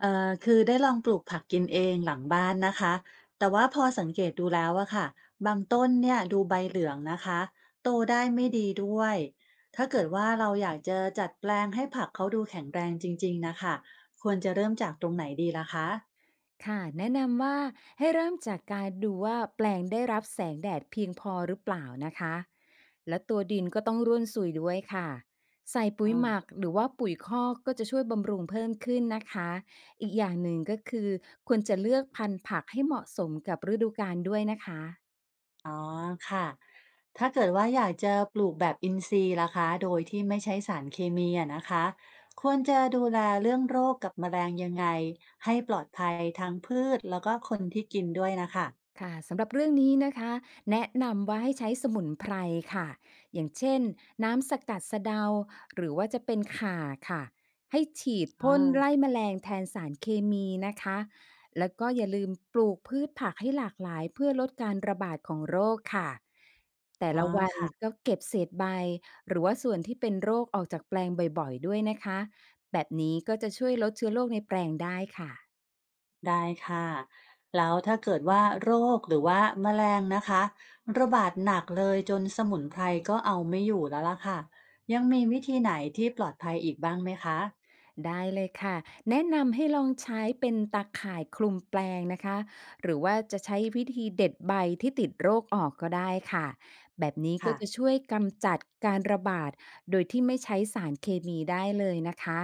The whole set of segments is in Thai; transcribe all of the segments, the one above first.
คือได้ลองปลูกผักกินเองหลังบ้านนะคะแต่ว่าพอสังเกตดูแล้วอะค่ะบางต้นเนี่ยดูใบเหลืองนะคะโตได้ไม่ดีด้วยถ้าเกิดว่าเราอยากจะจัดแปลงให้ผักเขาดูแข็งแรงจริงๆนะคะควรจะเริ่มจากตรงไหนดีล่ะคะค่ะแนะนำว่าให้เริ่มจากการดูว่าแปลงได้รับแสงแดดเพียงพอหรือเปล่านะคะและตัวดินก็ต้องร่วนสุยด้วยค่ะใส่ปุ๋ยหอา มักหรือว่าปุ๋ยคอกก็จะช่วยบำรุงเพิ่มขึ้นนะคะอีกอย่างหนึ่งก็คือควรจะเลือกพันธุ์ผักให้เหมาะสมกับฤดูกาลด้วยนะคะ อ๋อค่ะถ้าเกิดว่าอยากจะปลูกแบบอินทรีย์ล่ะคะโดยที่ไม่ใช้สารเคมีอะนะคะควรจะดูแลเรื่องโรคกับแมลงยังไงให้ปลอดภัยทั้งพืชแล้วก็คนที่กินด้วยนะคะค่ะสำหรับเรื่องนี้นะคะแนะนำว่าให้ใช้สมุนไพรค่ะอย่างเช่นน้ำสกัดสะเดาหรือว่าจะเป็นข่าค่ะให้ฉีดอ๋อพ่นไล่แมลงแทนสารเคมีนะคะแล้วก็อย่าลืมปลูกพืชผักให้หลากหลายเพื่อลดการระบาดของโรคค่ะแต่อ๋อละวันค่ะก็เก็บเศษใบหรือว่าส่วนที่เป็นโรคออกจากแปลงบ่อยๆด้วยนะคะแบบนี้ก็จะช่วยลดเชื้อโรคในแปลงได้ค่ะ ได้ค่ะ แล้วถ้าเกิดว่าโรคหรือว่าแมลงนะคะระบาดหนักเลยจนสมุนไพรก็เอาไม่อยู่แล้วล่ะค่ะยังมีวิธีไหนที่ปลอดภัยอีกบ้างไหมคะได้เลยค่ะแนะนำให้ลองใช้เป็นตาข่ายคลุมแปลงนะคะหรือว่าจะใช้วิธีเด็ดใบที่ติดโรคออกก็ได้ค่ะแบบนี้ก็ค่ะจะช่วยกำจัดการระบาดโดยที่ไม่ใช้สารเคมีได้เลยนะคะ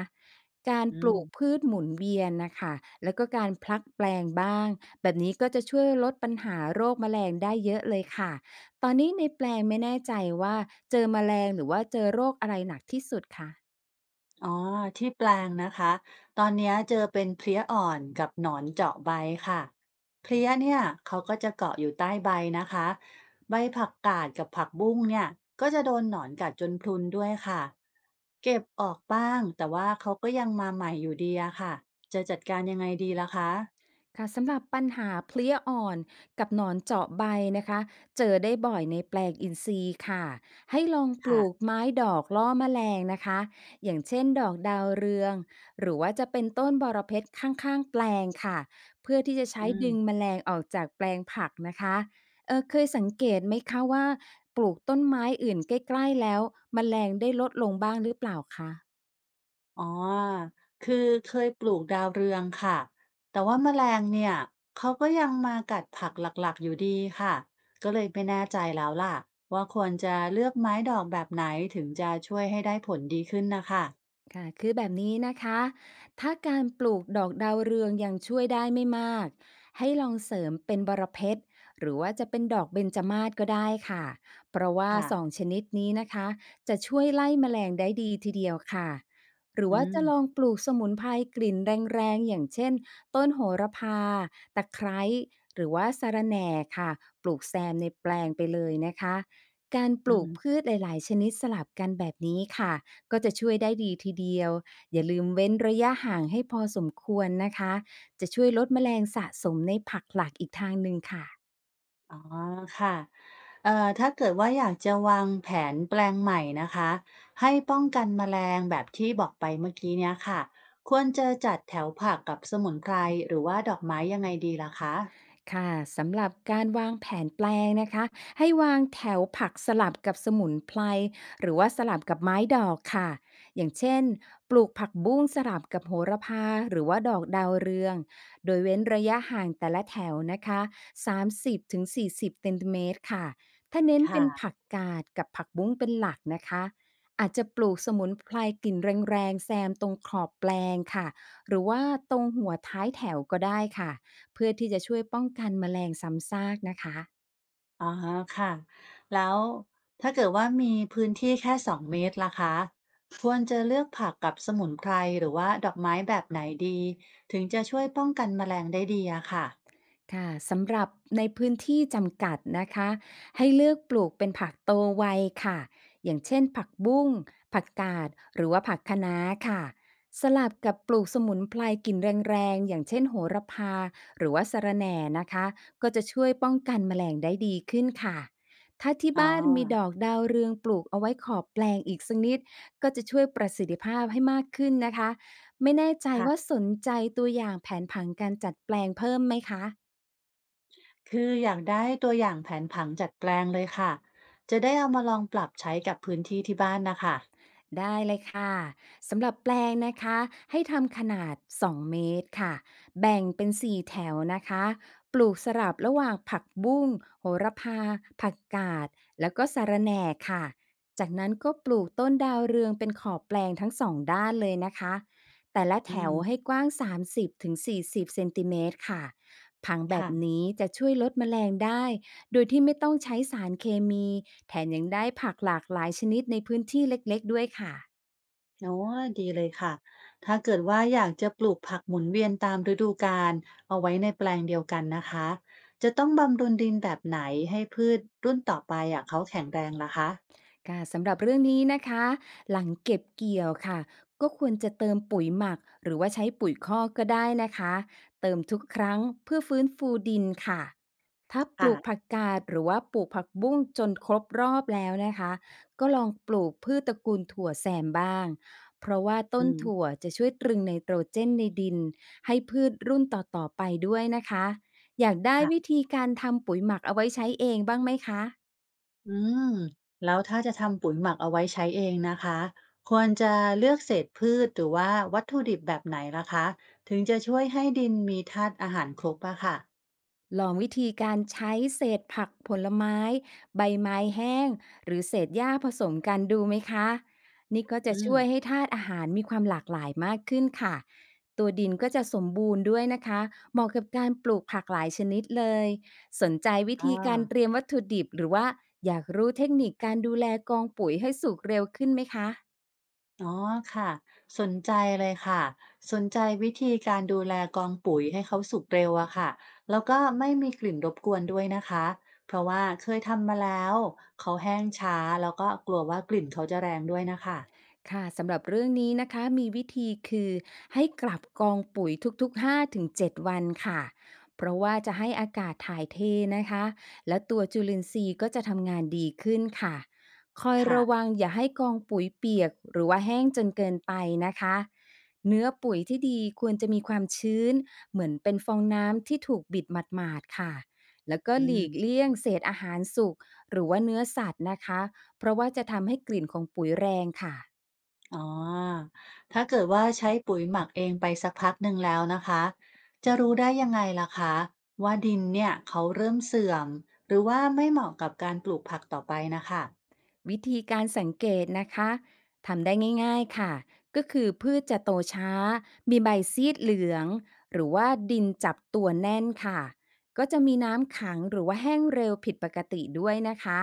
การอืปม ลูกพืชหมุนเวียนนะคะแล้วก็การพลักแปลงบ้างแบบนี้ก็จะช่วยลดปัญหาโรคแมลงได้เยอะเลยค่ะตอนนี้ในแปลงไม่แน่ใจว่าเจอแมลงหรือว่าเจอโรคอะไรหนักที่สุดคะ อ๋อที่แปลงนะคะตอนเนี้ยเจอเป็นเพลี้ยอ่อนกับหนอนเจาะใบค่ะเพลี้ยเนี่ยเขาก็จะเกาะอยู่ใต้ใบนะคะใบผักกาดกับผักบุ้งเนี่ยก็จะโดนหนอนกัดจนพรุนด้วยค่ะเก็บออกบ้างแต่ว่าเขาก็ยังมาใหม่อยู่ดีอะค่ะจะจัดการยังไงดีล่ะคะค่ะสำหรับปัญหาเพลี้ยอ่อนกับหนอนเจาะใบนะคะเจอได้บ่อยในแปลงอินทรีย์ค่ะ ให้ลองปลูกค่ะไม้ดอกล่อแมลงนะคะอย่างเช่นดอกดาวเรือง หรือว่าจะเป็นต้นบอระเพ็ดข้างๆแปลงค่ะ เพื่อที่จะใช้อืม ดึงแมลงออกจากแปลงผักนะคะเออเคยสังเกตไหมคะว่าปลูกต้นไม้อื่นใกล้ๆแล้วแมลงได้ลดลงบ้างหรือเปล่าคะ อ๋อ คือเคยปลูกดาวเรืองค่ะ แต่ว่าแมลงเนี่ยเขาก็ยังมากัดผักหลักๆอยู่ดีค่ะ ก็เลยไม่แน่ใจแล้วล่ะว่าควรจะเลือกไม้ดอกแบบไหนถึงจะช่วยให้ได้ผลดีขึ้นนะคะค่ะ คือแบบนี้นะคะ ถ้าการปลูกดอกดาวเรืองยังช่วยได้ไม่มาก ให้ลองเสริมเป็นบรเพชรหรือว่าจะเป็นดอกเบญจมาศก็ได้ค่ะเพราะว่าค่ะ2 ชนิดนี้นะคะ จะช่วยไล่แมลงได้ดีทีเดียวค่ะ หรืออืว่ามจะลองปลูกสมุนไพรกลิ่นแรงๆอย่างเช่นต้นโหระพาตะไคร้หรือว่าสะระแหน่ค่ะปลูกแซมในแปลงไปเลยนะคะการปอืลูม กพืชหลายๆชนิดสลับกันแบบนี้ค่ะ ก็จะช่วยได้ดีทีเดียว อย่าลืมเว้นระยะห่างให้พอสมควรนะคะ จะช่วยลดแมลงสะสมในผักหลักอีกทางหนึ่งค่ะ อ๋อค่ะถ้าเกิดว่าอยากจะวางแผนแปลงใหม่นะคะ ให้ป้องกันแมลงแบบที่บอกไปเมื่อกี้เนี้ยค่ะ ควรจะจัดแถวผักกับสมุนไพรหรือว่าดอกไม้ยังไงดีล่ะคะค่ะสำหรับการวางแผนแปลงนะคะให้วางแถวผักสลับกับสมุนไพรหรือว่าสลับกับไม้ดอกค่ะอย่างเช่นปลูกผักบุ้งสลับกับโหระพาหรือว่าดอกดาวเรืองโดยเว้นระยะห่างแต่ละแถวนะคะ3 0ิบถึงสี่สิบเซนติเมตรค่ะถ้าเน้นคเป็นผั่ะ กกาดกับผักบุ้งเป็นหลักนะคะอาจจะปลูกสมุนไพรกลิ่นแรงๆแซมตรงขอบแปลงค่ะหรือว่าตรงหัวท้ายแถวก็ได้ค่ะ เพื่อที่จะช่วยป้องกันแมลงซ้ำซากนะคะ อ๋อค่ะแล้วถ้าเกิดว่ามีพื้นที่แค่2 เมตรล่ะคะควรจะเลือกผักกับสมุนไพรหรือว่าดอกไม้แบบไหนดีถึงจะช่วยป้องกันแมลงได้ดีอะค่ะค่ะสำหรับในพื้นที่จำกัดนะคะให้เลือกปลูกเป็นผักโตไวค่ะอย่างเช่นผักบุ้งผักกาดหรือว่าผักคะน้าค่ะสลับกับปลูกสมุนไพรกลิ่นแรงๆอย่างเช่นโหระพาหรือว่าสะระแหน่นะคะก็จะช่วยป้องกันแมลงได้ดีขึ้นค่ะถ้าที่อ๋อบ้านมีดอกดาวเรืองปลูกเอาไว้ขอบแปลงอีกสักนิดก็จะช่วยประสิทธิภาพให้มากขึ้นนะคะไม่แน่ใจว่าค่ะสนใจตัวอย่างแผนผังการจัดแปลงเพิ่มไหมคะ คืออยากได้ตัวอย่างแผนผังจัดแปลงเลยค่ะจะได้เอามาลองปรับใช้กับพื้นที่ที่บ้านนะคะได้เลยค่ะสำหรับแปลงนะคะให้ทำขนาด 2 เมตรค่ะแบ่งเป็น 4 แถวนะคะปลูกสลับระหว่างผักบุ้งโหระพาผักกาดแล้วก็สะระแหน่ค่ะจากนั้นก็ปลูกต้นดาวเรืองเป็นขอบแปลงทั้ง2 ด้านเลยนะคะแต่ละแถอืวมให้กว้าง 30-40 เซนติเมตรค่ะผังแบบค่ะ นี้จะช่วยลดแมลงได้ โดยที่ไม่ต้องใช้สารเคมี แถมยังได้ผักหลากหลายชนิดในพื้นที่เล็กๆด้วยค่ะ อ๋อดีเลยค่ะถ้าเกิดว่าอยากจะปลูกผักหมุนเวียนตามฤดูกาลเอาไว้ในแปลงเดียวกันนะคะจะต้องบำรุงดินแบบไหนให้พืชรุ่นต่อไปอะเขาแข็งแรงล่ะคะค่ะสำหรับเรื่องนี้นะคะหลังเก็บเกี่ยวค่ะก็ควรจะเติมปุ๋ยหมักหรือว่าใช้ปุ๋ยคอกก็ได้นะคะเติมทุกครั้งเพื่อฟื้นฟูดินค่ะถ้าปลูกผักค่ะกาดหรือว่าปลูกผักบุ้งจนครบรอบแล้วนะคะก็ลองปลูกพืชตระกูลถั่วแซมบ้างเพราะว่าอืต้นมถั่วจะช่วยตรึงไนโตรเจนในดินให้พืชรุ่นต่อๆไปด้วยนะคะอยากได้วิค่ะธีการทำปุ๋ยหมักเอาไว้ใช้เองบ้างไหมคะ อืมแล้วถ้าจะทำปุ๋ยหมักเอาไว้ใช้เองนะคะควรจะเลือกเศษพืชหรือว่าวัตถุดิบแบบไหนล่ะคะถึงจะช่วยให้ดินมีธาตุอาหารครบอะค่ะลองวิธีการใช้เศษผักผลไม้ใบไม้แห้งหรือเศษหญ้าผสมกันดูไหมคะนี่ก็จะอืช่มวยให้ธาตุอาหารมีความหลากหลายมากขึ้นค่ะตัวดินก็จะสมบูรณ์ด้วยนะคะเหมาะกับการปลูกผักหลายชนิดเลยสนใจวิอา ธีการเตรียมวัตถุดิบหรือว่าอยากรู้เทคนิคการดูแลกองปุ๋ยให้สุกเร็วขึ้นไหมคะ อ๋อค่ะสนใจเลยค่ะสนใจวิธีการดูแลกองปุ๋ยให้เขาสุกเร็วอะค่ะแล้วก็ไม่มีกลิ่นรบกวนด้วยนะคะเพราะว่าเคยทำมาแล้วเขาแห้งช้าแล้วก็กลัวว่ากลิ่นเขาจะแรงด้วยนะคะค่ะสำหรับเรื่องนี้นะคะมีวิธีคือให้กลับกองปุ๋ยทุกๆ5-7วันค่ะเพราะว่าจะให้อากาศถ่ายเทนะคะและตัวจุลินทรีย์ก็จะทำงานดีขึ้นค่ะคอยระวัค่ะงอย่าให้กองปุ๋ยเปียกหรือว่าแห้งจนเกินไปนะคะเนื้อปุ๋ยที่ดีควรจะมีความชื้นเหมือนเป็นฟองน้ำที่ถูกบิดหมาดๆค่ะแล้วก็อืหลีกมเลี่ยงเศษอาหารสุกหรือว่าเนื้อสัตว์นะคะเพราะว่าจะทำให้กลิ่นของปุ๋ยแรงค่ะ อ๋อถ้าเกิดว่าใช้ปุ๋ยหมักเองไปสักพักหนึ่งแล้วนะคะจะรู้ได้ยังไงล่ะคะว่าดินเนี่ยเขาเริ่มเสื่อมหรือว่าไม่เหมาะกับการปลูกผักต่อไปนะคะวิธีการสังเกตนะคะทำได้ง่ายๆค่ะก็คือพืชจะโตช้ามีใบซีดเหลืองหรือว่าดินจับตัวแน่นค่ะก็จะมีน้ำขังหรือว่าแห้งเร็วผิดปกติด้วยนะคะ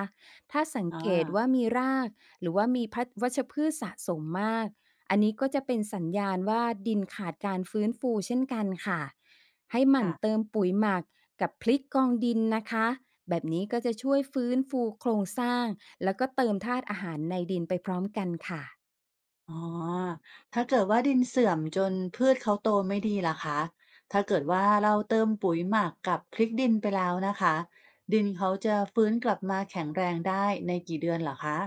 ถ้าสังอ่าเกตว่ามีรากหรือว่ามีพัดวัชพืชสะสมมากอันนี้ก็จะเป็นสัญญาณว่าดินขาดการฟื้นฟูเช่นกันค่ะให้หมั่นค่ะ เติมปุ๋ยหมักกับพลิกกองดินนะคะ แบบนี้ก็จะช่วยฟื้นฟูโครงสร้างแล้วก็เติมธาตุอาหารในดินไปพร้อมกันค่ะ อ๋อถ้าเกิดว่าดินเสื่อมจนพืชเขาโตไม่ดีล่ะคะ ถ้าเกิดว่าเราเติมปุ๋ยหมักกับพริกดินไปแล้วนะคะดินเขาจะฟื้นกลับมาแข็งแรงได้ในกี่เดือนเหรอคะ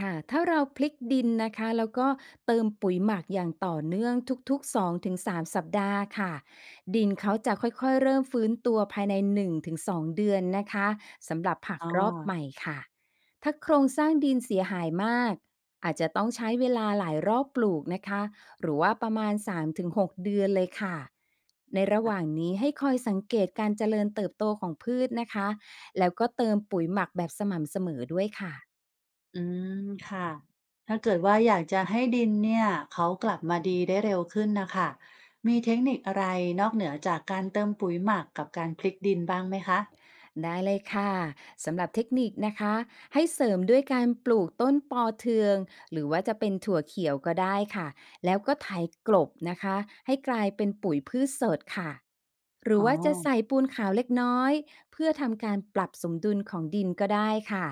ค่ะถ้าเราพลิกดินนะคะแล้วก็เติมปุ๋ยหมักอย่างต่อเนื่องทุกๆ2-3สามสัปดาห์ค่ะดินเขาจะค่อยๆเริ่มฟื้นตัวภายใน1-2เดือนนะคะสำหรับผักอ๋อรอบใหม่ค่ะถ้าโครงสร้างดินเสียหายมากอาจจะต้องใช้เวลาหลายรอบปลูกนะคะหรือว่าประมาณ3-6เดือนเลยค่ะในระหค่ะว่างนี้ให้คอยสังเกตการเจริญเติบโตของพืชนะคะแล้วก็เติมปุ๋ยหมักแบบสม่ำเสมอด้วยค่ะ อืมค่ะถ้าเกิดว่าอยากจะให้ดินเนี่ยเขากลับมาดีได้เร็วขึ้นนะคะมีเทคนิคอะไรนอกเหนือจากการเติมปุ๋ยหมักกับการพลิกดินบ้างไหมคะได้เลยค่ะสำหรับเทคนิคนะคะให้เสริมด้วยการปลูกต้นปอเทืองหรือว่าจะเป็นถั่วเขียวก็ได้ค่ะแล้วก็ไถกลบนะคะให้กลายเป็นปุ๋ยพืชสดค่ะหรืออ๋อว่าจะใส่ปูนขาวเล็กน้อยเพื่อทำการปรับสมดุลของดินก็ได้ค่ะ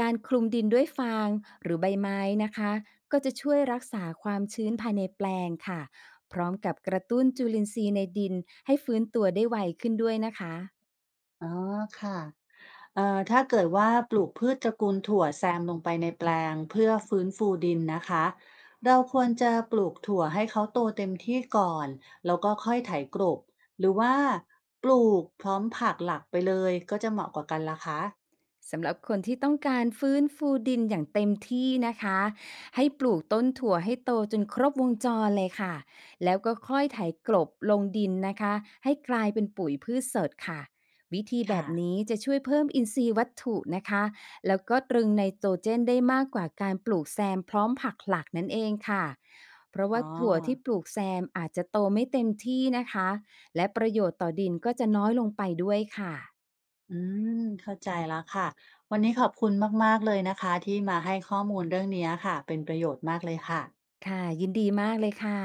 การคลุมดินด้วยฟางหรือใบไม้นะคะก็จะช่วยรักษาความชื้นภายในแปลงค่ะพร้อมกับกระตุ้นจุลินทรีย์ในดินให้ฟื้นตัวได้ไวขึ้นด้วยนะคะ อ๋อค่ะ ถ้าเกิดว่าปลูกพืชตระกูลถั่วแซมลงไปในแปลงเพื่อฟื้นฟูดินนะคะเราควรจะปลูกถั่วให้เขาโตเต็มที่ก่อนแล้วก็ค่อยไถกลบหรือว่าปลูกพร้อมผักหลักไปเลยก็จะเหมาะกว่ากันล่ะคะสำหรับคนที่ต้องการฟื้นฟูดินอย่างเต็มที่นะคะให้ปลูกต้นถั่วให้โตจนครบวงจรเลยค่ะแล้วก็ค่อยไถกลบลงดินนะคะให้กลายเป็นปุ๋ยพืชสดค่ะวิธีแบค่ะบนี้จะช่วยเพิ่มอินทรีย์วัตถุนะคะแล้วก็ตรึงไนโตรเจนได้มากกว่าการปลูกแซมพร้อมผักหลักนั่นเองค่ะเพราะอ๋อว่าถั่วที่ปลูกแซมอาจจะโตไม่เต็มที่นะคะและประโยชน์ต่อดินก็จะน้อยลงไปด้วยค่ะอืมเข้าใจแล้วค่ะวันนี้ขอบคุณมากๆเลยนะคะที่มาให้ข้อมูลเรื่องนี้ค่ะเป็นประโยชน์มากเลยค่ะค่ะยินดีมากเลยค่ะ